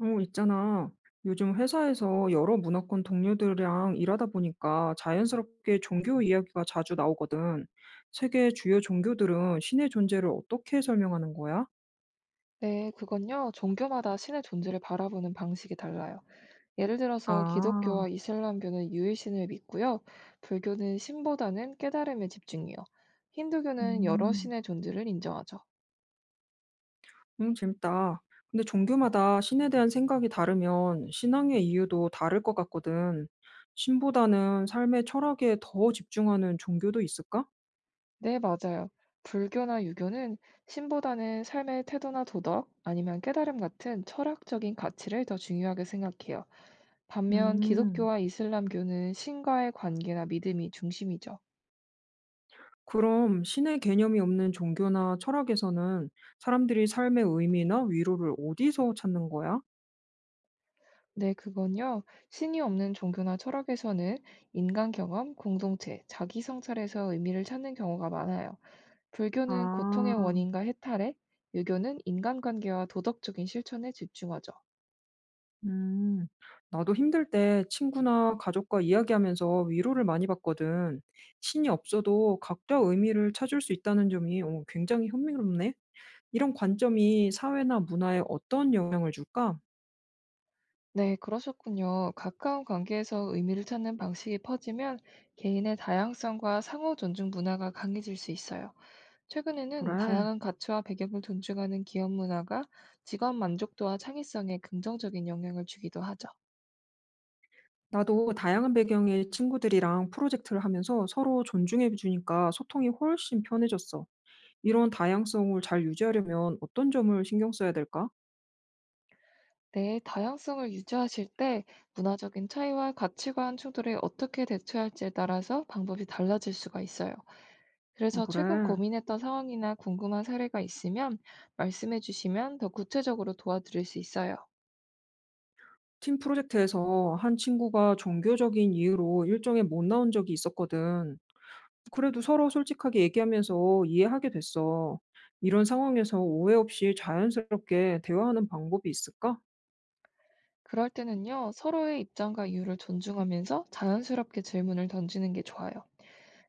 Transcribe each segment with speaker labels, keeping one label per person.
Speaker 1: 어, 있잖아. 요즘 회사에서 여러 문화권 동료들이랑 일하다 보니까 자연스럽게 종교 이야기가 자주 나오거든. 세계 주요 종교들은 신의 존재를 어떻게 설명하는 거야?
Speaker 2: 네, 그건요. 종교마다 신의 존재를 바라보는 방식이 달라요. 예를 들어서
Speaker 1: 아,
Speaker 2: 기독교와 이슬람교는 유일신을 믿고요. 불교는 신보다는 깨달음에 집중해요. 힌두교는 여러
Speaker 1: 음,
Speaker 2: 신의 존재를 인정하죠.
Speaker 1: 재밌다. 근데 종교마다 신에 대한 생각이 다르면 신앙의 이유도 다를 것 같거든. 신보다는 삶의 철학에 더 집중하는 종교도 있을까?
Speaker 2: 네, 맞아요. 불교나 유교는 신보다는 삶의 태도나 도덕, 아니면 깨달음 같은 철학적인 가치를 더 중요하게 생각해요. 반면
Speaker 1: 음.
Speaker 2: 기독교와 이슬람교는 신과의 관계나 믿음이 중심이죠.
Speaker 1: 그럼 신의 개념이 없는 종교나 철학에서는 사람들이 삶의 의미나 위로를 어디서 찾는 거야?
Speaker 2: 네, 그건요. 신이 없는 종교나 철학에서는 인간 경험, 공동체, 자기 성찰에서 의미를 찾는 경우가 많아요. 불교는 고통의
Speaker 1: 아,
Speaker 2: 원인과 해탈에, 유교는 인간관계와 도덕적인 실천에 집중하죠.
Speaker 1: 음, 나도 힘들 때 친구나 가족과 이야기하면서 위로를 많이 받거든. 신이 없어도 각자 의미를 찾을 수 있다는 점이 굉장히 흥미롭네. 이런 관점이 사회나 문화에 어떤 영향을 줄까?
Speaker 2: 네, 그러셨군요. 가까운 관계에서 의미를 찾는 방식이 퍼지면 개인의 다양성과 상호 존중 문화가 강해질 수 있어요. 최근에는
Speaker 1: 그래.
Speaker 2: 다양한 가치와 배경을 존중하는 기업 문화가 직원 만족도와 창의성에 긍정적인 영향을 주기도 하죠.
Speaker 1: 나도 다양한 배경의 친구들이랑 프로젝트를 하면서 서로 존중해 주니까 소통이 훨씬 편해졌어. 이런 다양성을 잘 유지하려면 어떤 점을 신경 써야 될까?
Speaker 2: 네, 다양성을 유지하실 때 문화적인 차이와 가치관 충돌에 어떻게 대처할지에 따라서 방법이 달라질 수가 있어요.
Speaker 1: 어
Speaker 2: 그래서
Speaker 1: 그래.
Speaker 2: 최근 고민했던 상황이나 궁금한 사례가 있으면 말씀해 주시면 더 구체적으로 도와드릴 수 있어요.
Speaker 1: 팀 프로젝트에서 한 친구가 종교적인 이유로 일정에 못 나온 적이 있었거든. 그래도 서로 솔직하게 얘기하면서 이해하게 됐어. 이런 상황에서 오해 없이 자연스럽게 대화하는 방법이 있을까?
Speaker 2: 그럴 때는요, 서로의 입장과 이유를 존중하면서 자연스럽게 질문을 던지는 게 좋아요.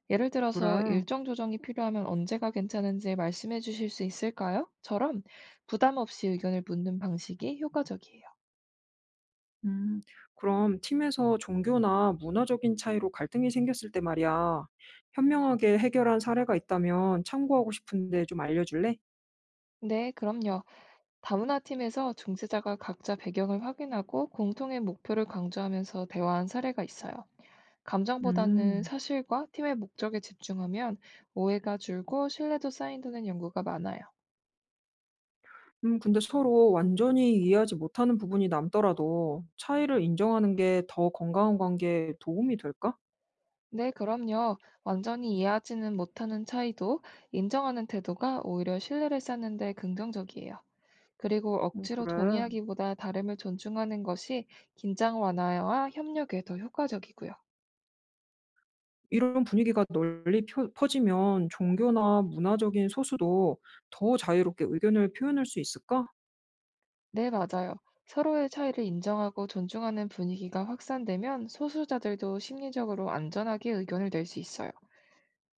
Speaker 2: 예를 들어서
Speaker 1: 그래.
Speaker 2: 일정 조정이 필요하면 언제가 괜찮은지 말씀해 주실 수 있을까요? 처럼 부담 없이 의견을 묻는 방식이 효과적이에요.
Speaker 1: 음, 그럼 팀에서 종교나 문화적인 차이로 갈등이 생겼을 때 말이야. 현명하게 해결한 사례가 있다면 참고하고 싶은데 좀 알려줄래?
Speaker 2: 네, 그럼요. 다문화 팀에서 중재자가 각자 배경을 확인하고 공통의 목표를 강조하면서 대화한 사례가 있어요. 감정보다는
Speaker 1: 음.
Speaker 2: 사실과 팀의 목적에 집중하면 오해가 줄고 신뢰도 쌓인다는 연구가 많아요.
Speaker 1: 근데 서로 완전히 이해하지 못하는 부분이 남더라도 차이를 인정하는 게 더 건강한 관계에 도움이 될까?
Speaker 2: 네, 그럼요. 완전히 이해하지는 못하는 차이도 인정하는 태도가 오히려 신뢰를 쌓는 데 긍정적이에요. 그리고 억지로
Speaker 1: 그래.
Speaker 2: 동의하기보다 다름을 존중하는 것이 긴장 완화와 협력에 더 효과적이고요.
Speaker 1: 이런 분위기가 널리 퍼지면 종교나 문화적인 소수도 더 자유롭게 의견을 표현할 수 있을까?
Speaker 2: 네, 맞아요. 서로의 차이를 인정하고 존중하는 분위기가 확산되면 소수자들도 심리적으로 안전하게 의견을 낼 수 있어요.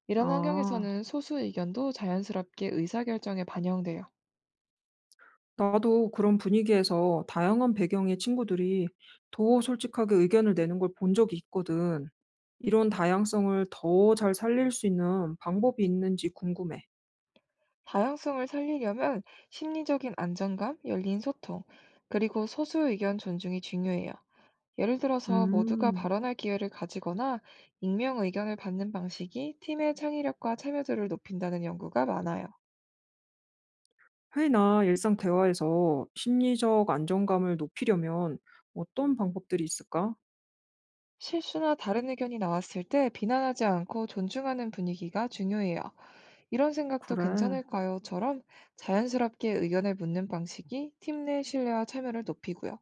Speaker 2: 이런
Speaker 1: 아,
Speaker 2: 환경에서는 소수 의견도 자연스럽게 의사결정에 반영돼요.
Speaker 1: 나도 그런 분위기에서 다양한 배경의 친구들이 더 솔직하게 의견을 내는 걸 본 적이 있거든. 이런 다양성을 더 잘 살릴 수 있는 방법이 있는지 궁금해.
Speaker 2: 다양성을 살리려면 심리적인 안정감, 열린 소통, 그리고 소수 의견 존중이 중요해요. 예를 들어서 모두가
Speaker 1: 음.
Speaker 2: 발언할 기회를 가지거나 익명 의견을 받는 방식이 팀의 창의력과 참여도를 높인다는 연구가 많아요.
Speaker 1: 회의나 일상 대화에서 심리적 안정감을 높이려면 어떤 방법들이 있을까?
Speaker 2: 실수나 다른 의견이 나왔을 때 비난하지 않고 존중하는 분위기가 중요해요. 이런 생각도
Speaker 1: 그래.
Speaker 2: 괜찮을까요?처럼 자연스럽게 의견을 묻는 방식이 팀 내 신뢰와 참여를 높이고요.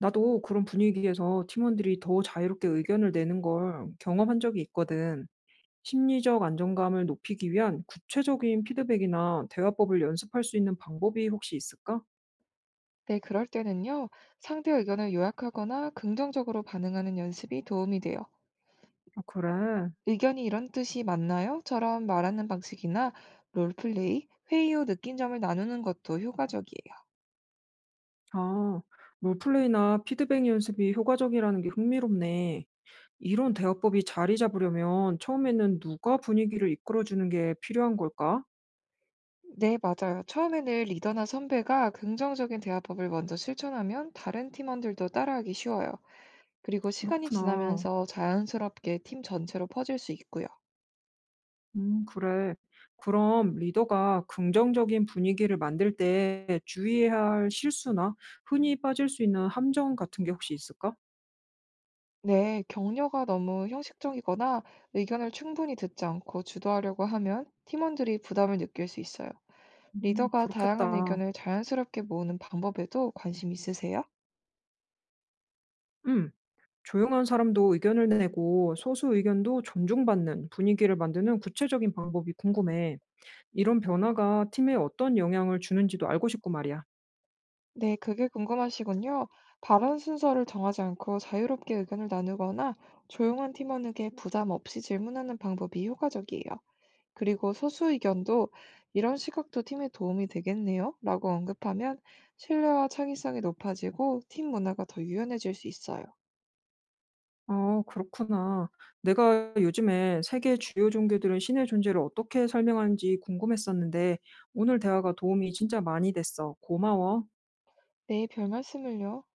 Speaker 1: 나도 그런 분위기에서 팀원들이 더 자유롭게 의견을 내는 걸 경험한 적이 있거든. 심리적 안정감을 높이기 위한 구체적인 피드백이나 대화법을 연습할 수 있는 방법이 혹시 있을까?
Speaker 2: 네, 그럴 때는요, 상대 의견을 요약하거나 긍정적으로 반응하는 연습이 도움이 돼요.
Speaker 1: 아, 그래.
Speaker 2: 의견이 이런 뜻이 맞나요? 처럼 말하는 방식이나 롤플레이, 회의 후 느낀 점을 나누는 것도 효과적이에요.
Speaker 1: 아, 롤플레이나 피드백 연습이 효과적이라는 게 흥미롭네. 이런 대화법이 자리 잡으려면 처음에는 누가 분위기를 이끌어주는 게 필요한 걸까?
Speaker 2: 네, 맞아요. 처음에는 리더나 선배가 긍정적인 대화법을 먼저 실천하면 다른 팀원들도 따라하기 쉬워요. 그리고 시간이
Speaker 1: 그렇구나.
Speaker 2: 지나면서 자연스럽게 팀 전체로 퍼질 수 있고요.
Speaker 1: 그래. 그럼 리더가 긍정적인 분위기를 만들 때 주의해야 할 실수나 흔히 빠질 수 있는 함정 같은 게 혹시 있을까?
Speaker 2: 네, 격려가 너무 형식적이거나 의견을 충분히 듣지 않고 주도하려고 하면 팀원들이 부담을 느낄 수 있어요. 리더가 다양한
Speaker 1: 그렇겠다.
Speaker 2: 의견을 자연스럽게 모으는 방법에도 관심 있으세요?
Speaker 1: 음. 조용한 사람도 의견을 내고 소수 의견도 존중받는 분위기를 만드는 구체적인 방법이 궁금해. 이런 변화가 팀에 어떤 영향을 주는지도 알고 싶고 말이야.
Speaker 2: 네, 그게 궁금하시군요. 발언 순서를 정하지 않고 자유롭게 의견을 나누거나 조용한 팀원에게 부담 없이 질문하는 방법이 효과적이에요. 그리고 소수 의견도 이런 시각도 팀에 도움이 되겠네요. 라고 언급하면 신뢰와 창의성이 높아지고 팀 문화가 더 유연해질 수 있어요.
Speaker 1: 아 그렇구나. 내가 요즘에 세계 주요 종교들은 신의 존재를 어떻게 설명하는지 궁금했었는데 오늘 대화가 도움이 진짜 많이 됐어. 고마워.
Speaker 2: 네, 별 말씀을요.